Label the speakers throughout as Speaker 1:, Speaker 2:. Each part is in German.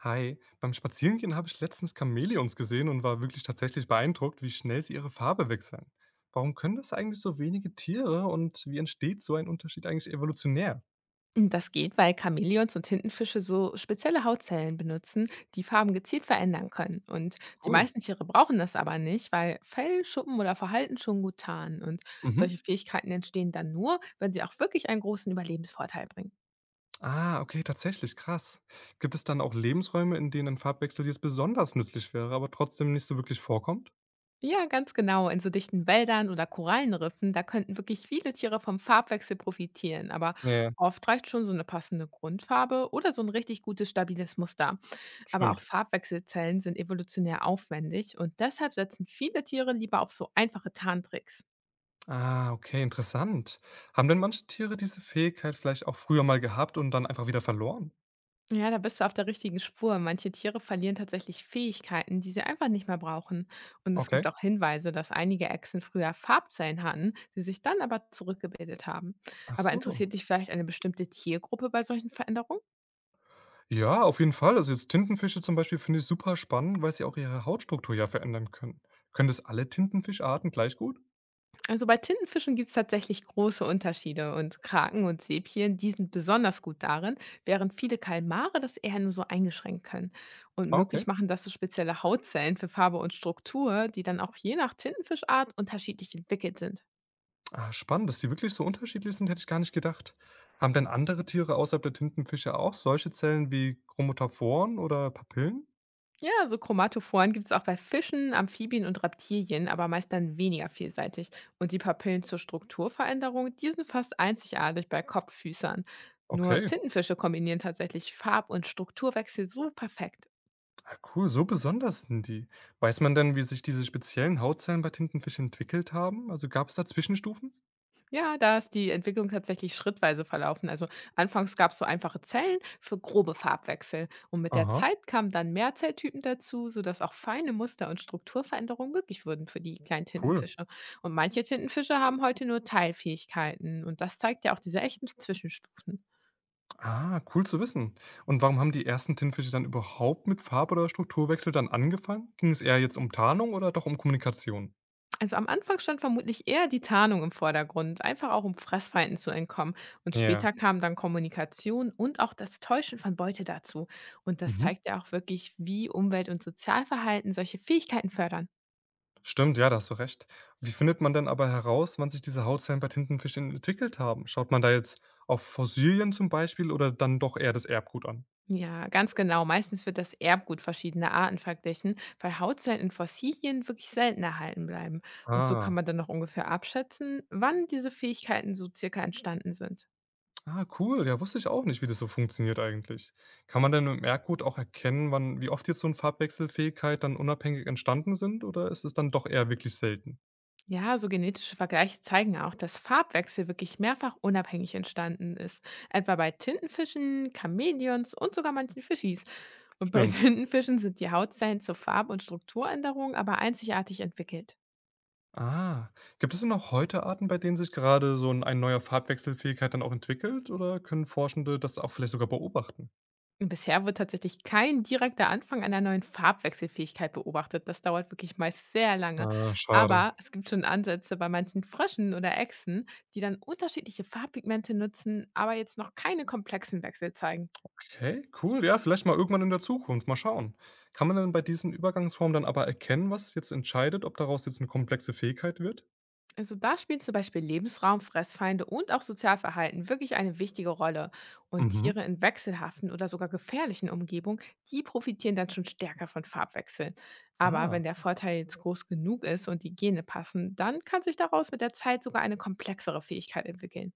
Speaker 1: Hi, beim Spazierengehen habe ich letztens Chamäleons gesehen und war wirklich tatsächlich beeindruckt, wie schnell sie ihre Farbe wechseln. Warum können das eigentlich so wenige Tiere und wie entsteht so ein Unterschied eigentlich evolutionär?
Speaker 2: Das geht, weil Chamäleons und Tintenfische so spezielle Hautzellen benutzen, die Farben gezielt verändern können. Und die
Speaker 1: Cool.
Speaker 2: meisten Tiere brauchen das aber nicht, weil Fell, Schuppen oder Verhalten schon gut tarnen. Und
Speaker 1: Mhm.
Speaker 2: solche Fähigkeiten entstehen dann nur, wenn sie auch wirklich einen großen Überlebensvorteil bringen.
Speaker 1: Ah, okay, tatsächlich, krass. Gibt es dann auch Lebensräume, in denen ein Farbwechsel jetzt besonders nützlich wäre, aber trotzdem nicht so wirklich vorkommt?
Speaker 2: Ja, ganz genau. In so dichten Wäldern oder Korallenriffen, da könnten wirklich viele Tiere vom Farbwechsel profitieren. Aber
Speaker 1: Nee,
Speaker 2: oft reicht schon so eine passende Grundfarbe oder so ein richtig gutes, stabiles Muster. Aber auch
Speaker 1: stimmt.
Speaker 2: Farbwechselzellen sind evolutionär aufwendig und deshalb setzen viele Tiere lieber auf so einfache Tarntricks.
Speaker 1: Ah, okay, interessant. Haben denn manche Tiere diese Fähigkeit vielleicht auch früher mal gehabt und dann einfach wieder verloren?
Speaker 2: Ja, da bist du auf der richtigen Spur. Manche Tiere verlieren tatsächlich Fähigkeiten, die sie einfach nicht mehr brauchen. Und es
Speaker 1: Okay.
Speaker 2: gibt auch Hinweise, dass einige Echsen früher Farbzellen hatten, die sich dann aber zurückgebildet haben.
Speaker 1: Ach
Speaker 2: Aber
Speaker 1: so.
Speaker 2: interessiert dich vielleicht eine bestimmte Tiergruppe bei solchen Veränderungen?
Speaker 1: Ja, auf jeden Fall. Also jetzt Tintenfische zum Beispiel finde ich super spannend, weil sie auch ihre Hautstruktur ja verändern können. Können das alle Tintenfischarten gleich gut?
Speaker 2: Also bei Tintenfischen gibt es tatsächlich große Unterschiede und Kraken und Sepien, die sind besonders gut darin, während viele Kalmare das eher nur so eingeschränkt können. Und
Speaker 1: Ah, okay.
Speaker 2: möglich machen das so spezielle Hautzellen für Farbe und Struktur, die dann auch je nach Tintenfischart unterschiedlich entwickelt sind.
Speaker 1: Ah, spannend, dass die wirklich so unterschiedlich sind, hätte ich gar nicht gedacht. Haben denn andere Tiere außerhalb der Tintenfische auch solche Zellen wie Chromatophoren oder Papillen?
Speaker 2: Ja, so Chromatophoren gibt es auch bei Fischen, Amphibien und Reptilien, aber meist dann weniger vielseitig. Und die Papillen zur Strukturveränderung, die sind fast einzigartig bei Kopffüßern. Nur
Speaker 1: Okay.
Speaker 2: Tintenfische kombinieren tatsächlich Farb- und Strukturwechsel so perfekt.
Speaker 1: Ah, cool, so besonders sind die. Weiß man denn, wie sich diese speziellen Hautzellen bei Tintenfischen entwickelt haben? Also gab es da Zwischenstufen?
Speaker 2: Ja, da ist die Entwicklung tatsächlich schrittweise verlaufen. Also anfangs gab es so einfache Zellen für grobe Farbwechsel und mit der
Speaker 1: Aha,
Speaker 2: Zeit kamen dann mehr Zelltypen dazu, sodass auch feine Muster und Strukturveränderungen möglich wurden für die kleinen
Speaker 1: cool.
Speaker 2: Tintenfische. Und manche Tintenfische haben heute nur Teilfähigkeiten und das zeigt ja auch diese echten Zwischenstufen.
Speaker 1: Ah, cool zu wissen. Und warum haben die ersten Tintenfische dann überhaupt mit Farb- oder Strukturwechsel dann angefangen? Ging es eher jetzt um Tarnung oder doch um Kommunikation?
Speaker 2: Also am Anfang stand vermutlich eher die Tarnung im Vordergrund, einfach auch um Fressfeinden zu entkommen. Und
Speaker 1: Ja.
Speaker 2: später kamen dann Kommunikation und auch das Täuschen von Beute dazu. Und das
Speaker 1: Mhm.
Speaker 2: zeigt ja auch wirklich, wie Umwelt- und Sozialverhalten solche Fähigkeiten fördern.
Speaker 1: Stimmt, ja, da hast du recht. Wie findet man denn aber heraus, wann sich diese Hautzellen bei Tintenfischen entwickelt haben? Schaut man da jetzt auf Fossilien zum Beispiel oder dann doch eher das Erbgut an?
Speaker 2: Ja, ganz genau. Meistens wird das Erbgut verschiedener Arten verglichen, weil Hautzellen in Fossilien wirklich selten erhalten bleiben. Und so kann
Speaker 1: Ah,
Speaker 2: man dann noch ungefähr abschätzen, wann diese Fähigkeiten so circa entstanden sind.
Speaker 1: ah, cool. Ja, wusste ich auch nicht, wie das so funktioniert eigentlich. Kann man denn im Erbgut auch erkennen, wann, wie oft jetzt so eine Farbwechselfähigkeit dann unabhängig entstanden sind oder ist es dann doch eher wirklich selten?
Speaker 2: Ja, so genetische Vergleiche zeigen auch, dass Farbwechsel wirklich mehrfach unabhängig entstanden ist. Etwa bei Tintenfischen, Chamäleons und sogar manchen Fischis. Und bei
Speaker 1: Stimmt.
Speaker 2: Tintenfischen sind die Hautzellen zur Farb- und Strukturänderung aber einzigartig entwickelt.
Speaker 1: Ah, gibt es denn auch heute Arten, bei denen sich gerade so ein neuer Farbwechselfähigkeit dann auch entwickelt oder können Forschende das auch vielleicht sogar beobachten?
Speaker 2: Und bisher wird tatsächlich kein direkter Anfang einer neuen Farbwechselfähigkeit beobachtet. Das dauert wirklich meist sehr lange.
Speaker 1: Ah, schade.
Speaker 2: Aber es gibt schon Ansätze bei manchen Fröschen oder Echsen, die dann unterschiedliche Farbpigmente nutzen, aber jetzt noch keine komplexen Wechsel zeigen.
Speaker 1: Okay, cool. Ja, vielleicht mal irgendwann in der Zukunft. Mal schauen. Kann man denn bei diesen Übergangsformen dann aber erkennen, was jetzt entscheidet, ob daraus jetzt eine komplexe Fähigkeit wird?
Speaker 2: Also da spielen zum Beispiel Lebensraum, Fressfeinde und auch Sozialverhalten wirklich eine wichtige Rolle. Und
Speaker 1: Mhm.
Speaker 2: Tiere in wechselhaften oder sogar gefährlichen Umgebungen, die profitieren dann schon stärker von Farbwechseln. Aber wenn
Speaker 1: Ah,
Speaker 2: der Vorteil jetzt groß genug ist und die Gene passen, dann kann sich daraus mit der Zeit sogar eine komplexere Fähigkeit entwickeln.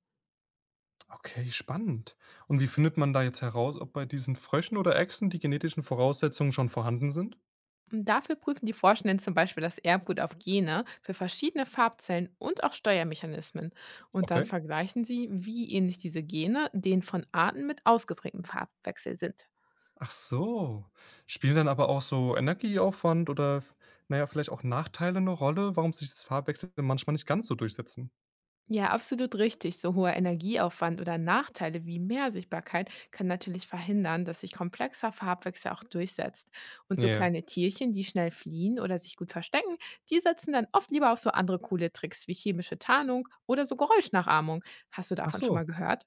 Speaker 1: okay, spannend. Und wie findet man da jetzt heraus, ob bei diesen Fröschen oder Echsen die genetischen Voraussetzungen schon vorhanden sind?
Speaker 2: Und dafür prüfen die Forschenden zum Beispiel das Erbgut auf Gene für verschiedene Farbzellen und auch Steuermechanismen. Und
Speaker 1: Okay.
Speaker 2: dann vergleichen sie, wie ähnlich diese Gene denen von Arten mit ausgeprägtem Farbwechsel sind.
Speaker 1: Ach so. Spielen dann aber auch so Energieaufwand oder, f na ja, vielleicht auch Nachteile eine Rolle, warum sich das Farbwechsel manchmal nicht ganz so durchsetzen?
Speaker 2: Ja, absolut richtig. So hoher Energieaufwand oder Nachteile wie mehr Sichtbarkeit kann natürlich verhindern, dass sich komplexer Farbwechsel auch durchsetzt. Und so
Speaker 1: Ja.
Speaker 2: kleine Tierchen, die schnell fliehen oder sich gut verstecken, die setzen dann oft lieber auf so andere coole Tricks wie chemische Tarnung oder so Geräuschnachahmung. Hast du
Speaker 1: Ach
Speaker 2: davon schon
Speaker 1: so.
Speaker 2: mal gehört?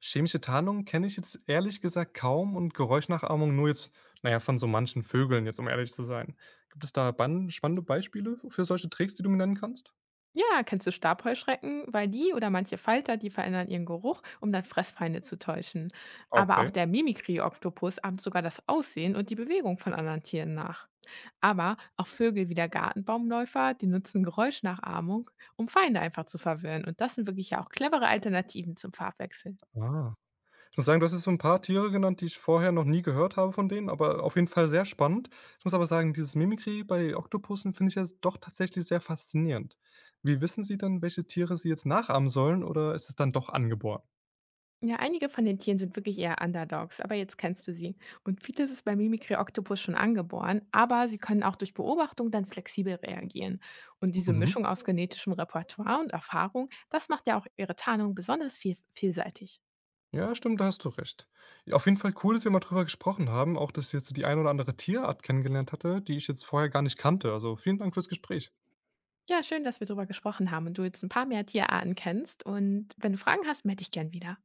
Speaker 1: Chemische Tarnung kenne ich jetzt ehrlich gesagt kaum und Geräuschnachahmung nur jetzt, na ja, von so manchen Vögeln jetzt, um ehrlich zu sein. Gibt es da ban spannende Beispiele für solche Tricks, die du mir nennen kannst?
Speaker 2: Ja, kennst du Stabheuschrecken? Weil die oder manche Falter, die verändern ihren Geruch, um dann Fressfeinde zu täuschen. Aber auch
Speaker 1: Okay.
Speaker 2: der Mimikry-Oktopus ahmt sogar das Aussehen und die Bewegung von anderen Tieren nach. Aber auch Vögel wie der Gartenbaumläufer, die nutzen Geräuschnachahmung, um Feinde einfach zu verwirren. Und das sind wirklich ja auch clevere Alternativen zum Farbwechsel.
Speaker 1: Ah. Ich muss sagen, du hast jetzt so ein paar Tiere genannt, die ich vorher noch nie gehört habe von denen, aber auf jeden Fall sehr spannend. Ich muss aber sagen, dieses Mimikry bei Oktopussen finde ich jetzt doch tatsächlich sehr faszinierend. Wie wissen sie denn, welche Tiere sie jetzt nachahmen sollen oder ist es dann doch angeboren?
Speaker 2: Ja, einige von den Tieren sind wirklich eher Underdogs, aber jetzt kennst du sie. Und vieles ist bei Mimikry Octopus schon angeboren, aber sie können auch durch Beobachtung dann flexibel reagieren. Und diese
Speaker 1: Mhm.
Speaker 2: Mischung aus genetischem Repertoire und Erfahrung, das macht ja auch ihre Tarnung besonders vielseitig.
Speaker 1: Ja, stimmt, da hast du recht. Ja, auf jeden Fall cool, dass wir mal drüber gesprochen haben, auch dass ich jetzt so die ein oder andere Tierart kennengelernt hatte, die ich jetzt vorher gar nicht kannte. Also, vielen Dank fürs Gespräch.
Speaker 2: Ja, schön, dass wir darüber gesprochen haben und du jetzt ein paar mehr Tierarten kennst. Und wenn du Fragen hast, melde dich gern wieder.